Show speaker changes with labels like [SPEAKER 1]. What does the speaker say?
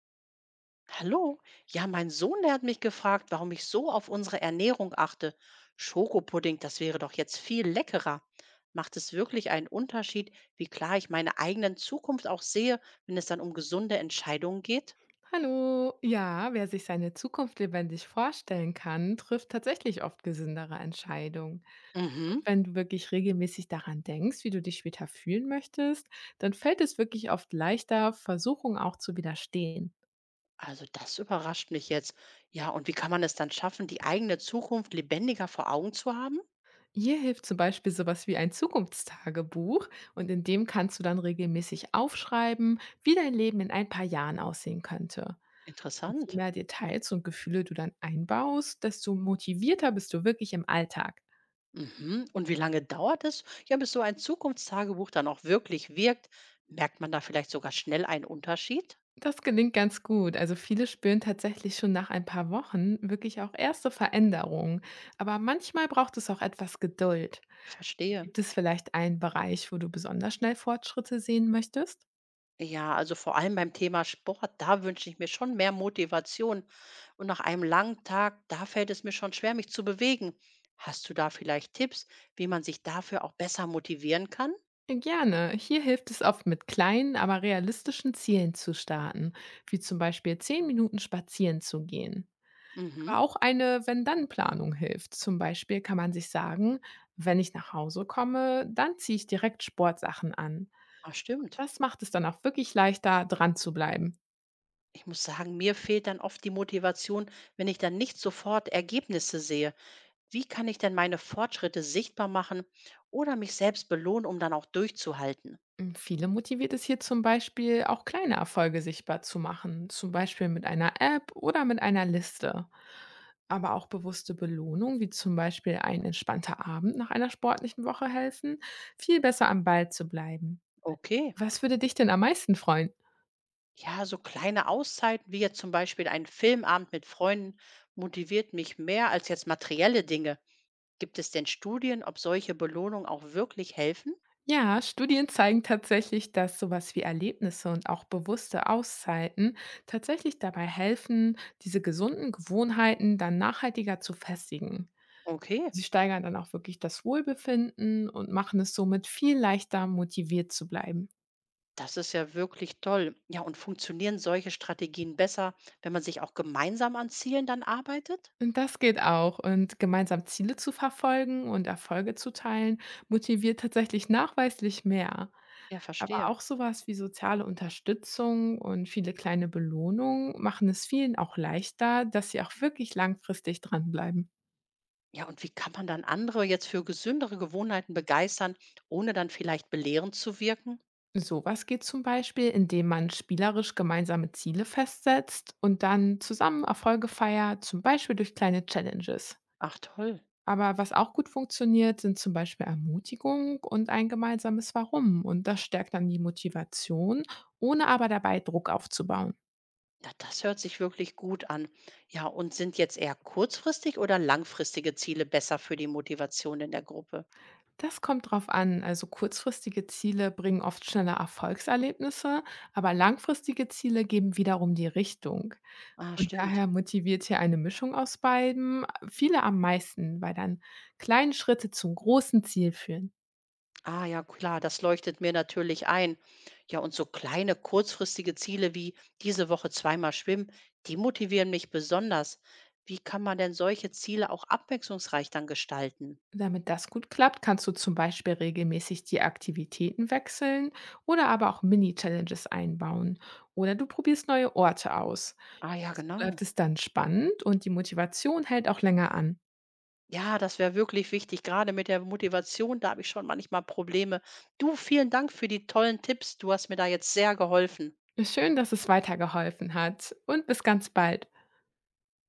[SPEAKER 1] Hallo? Ja, mein Sohn, der hat mich gefragt, warum ich so auf unsere Ernährung achte. Schokopudding, das wäre doch jetzt viel leckerer. Macht es wirklich einen Unterschied, wie klar ich meine eigenen Zukunft auch sehe, wenn es dann um gesunde Entscheidungen geht?
[SPEAKER 2] Hallo. Ja, wer sich seine Zukunft lebendig vorstellen kann, trifft tatsächlich oft gesündere Entscheidungen. Und
[SPEAKER 1] Mhm.
[SPEAKER 2] wenn du wirklich regelmäßig daran denkst, wie du dich später fühlen möchtest, dann fällt es wirklich oft leichter, Versuchungen auch zu widerstehen.
[SPEAKER 1] Also das überrascht mich jetzt. Ja, und wie kann man es dann schaffen, die eigene Zukunft lebendiger vor Augen zu haben?
[SPEAKER 2] Hier hilft zum Beispiel sowas wie ein Zukunftstagebuch, und in dem kannst du dann regelmäßig aufschreiben, wie dein Leben in ein paar Jahren aussehen könnte. Und je
[SPEAKER 1] Interessant.
[SPEAKER 2] mehr Details und Gefühle du dann einbaust, desto motivierter bist du wirklich im Alltag.
[SPEAKER 1] Mhm. Und wie lange dauert es, ja, bis so ein Zukunftstagebuch dann auch wirklich wirkt? Merkt man da vielleicht sogar schnell einen Unterschied?
[SPEAKER 2] Das gelingt ganz gut. Also viele spüren tatsächlich schon nach ein paar Wochen wirklich auch erste Veränderungen. Aber manchmal braucht es auch etwas Geduld.
[SPEAKER 1] Verstehe.
[SPEAKER 2] Gibt es vielleicht einen Bereich, wo du besonders schnell Fortschritte sehen möchtest?
[SPEAKER 1] Ja, also vor allem beim Thema Sport, da wünsche ich mir schon mehr Motivation. Und nach einem langen Tag, da fällt es mir schon schwer, mich zu bewegen. Hast du da vielleicht Tipps, wie man sich dafür auch besser motivieren kann?
[SPEAKER 2] Ja, gerne. Hier hilft es oft, mit kleinen, aber realistischen Zielen zu starten, wie zum Beispiel 10 Minuten spazieren zu gehen.
[SPEAKER 1] Mhm.
[SPEAKER 2] Aber auch eine Wenn-Dann-Planung hilft. Zum Beispiel kann man sich sagen, wenn ich nach Hause komme, dann ziehe ich direkt Sportsachen an.
[SPEAKER 1] Ah, stimmt.
[SPEAKER 2] Das macht es dann auch wirklich leichter, dran zu bleiben.
[SPEAKER 1] Ich muss sagen, mir fehlt dann oft die Motivation, wenn ich dann nicht sofort Ergebnisse sehe. Wie kann ich denn meine Fortschritte sichtbar machen oder mich selbst belohnen, um dann auch durchzuhalten?
[SPEAKER 2] Hm, viele motiviert es hier zum Beispiel, auch kleine Erfolge sichtbar zu machen, zum Beispiel mit einer App oder mit einer Liste. Aber auch bewusste Belohnung, wie zum Beispiel ein entspannter Abend nach einer sportlichen Woche, helfen viel besser am Ball zu bleiben.
[SPEAKER 1] Okay.
[SPEAKER 2] Was würde dich denn am meisten freuen?
[SPEAKER 1] Ja, so kleine Auszeiten wie jetzt zum Beispiel ein Filmabend mit Freunden motiviert mich mehr als jetzt materielle Dinge. Gibt es denn Studien, ob solche Belohnungen auch wirklich helfen?
[SPEAKER 2] Ja, Studien zeigen tatsächlich, dass sowas wie Erlebnisse und auch bewusste Auszeiten tatsächlich dabei helfen, diese gesunden Gewohnheiten dann nachhaltiger zu festigen.
[SPEAKER 1] Okay,
[SPEAKER 2] Sie steigern dann auch wirklich das Wohlbefinden und machen es somit viel leichter, motiviert zu bleiben.
[SPEAKER 1] das ist ja wirklich toll. Ja, und funktionieren solche Strategien besser, wenn man sich auch gemeinsam an Zielen dann arbeitet?
[SPEAKER 2] Und das geht auch. Und gemeinsam Ziele zu verfolgen und Erfolge zu teilen, motiviert tatsächlich nachweislich mehr.
[SPEAKER 1] Ja,
[SPEAKER 2] Aber
[SPEAKER 1] verstehe.
[SPEAKER 2] auch sowas wie soziale Unterstützung und viele kleine Belohnungen machen es vielen auch leichter, dass sie auch wirklich langfristig dranbleiben.
[SPEAKER 1] Ja, und wie kann man dann andere jetzt für gesündere Gewohnheiten begeistern, ohne dann vielleicht belehrend zu wirken?
[SPEAKER 2] Sowas geht zum Beispiel, indem man spielerisch gemeinsame Ziele festsetzt und dann zusammen Erfolge feiert, zum Beispiel durch kleine Challenges.
[SPEAKER 1] Ach toll.
[SPEAKER 2] Aber was auch gut funktioniert, sind zum Beispiel Ermutigung und ein gemeinsames Warum. Und das stärkt dann die Motivation, ohne aber dabei Druck aufzubauen.
[SPEAKER 1] Ja, das hört sich wirklich gut an. Ja, und sind jetzt eher kurzfristig oder langfristige Ziele besser für die Motivation in der Gruppe?
[SPEAKER 2] Das kommt drauf an. Also kurzfristige Ziele bringen oft schneller Erfolgserlebnisse, aber langfristige Ziele geben wiederum die Richtung.
[SPEAKER 1] Ah,
[SPEAKER 2] Und
[SPEAKER 1] stimmt.
[SPEAKER 2] daher motiviert hier eine Mischung aus beidem viele am meisten, weil dann kleine Schritte zum großen Ziel führen.
[SPEAKER 1] Ah, ja, klar, das leuchtet mir natürlich ein. Ja, und so kleine kurzfristige Ziele wie diese Woche zweimal schwimmen, die motivieren mich besonders. Wie kann man denn solche Ziele auch abwechslungsreich dann gestalten?
[SPEAKER 2] Damit das gut klappt, kannst du zum Beispiel regelmäßig die Aktivitäten wechseln oder aber auch Mini-Challenges einbauen. Oder du probierst neue Orte aus.
[SPEAKER 1] Ah, ja,
[SPEAKER 2] So
[SPEAKER 1] genau.
[SPEAKER 2] bleibt es dann spannend und die Motivation hält auch länger an.
[SPEAKER 1] Ja, das wäre wirklich wichtig. Gerade mit der Motivation, da habe ich schon manchmal Probleme. Du, vielen Dank für die tollen Tipps. Du hast mir da jetzt sehr geholfen.
[SPEAKER 2] Schön, dass es weitergeholfen hat, und bis ganz bald.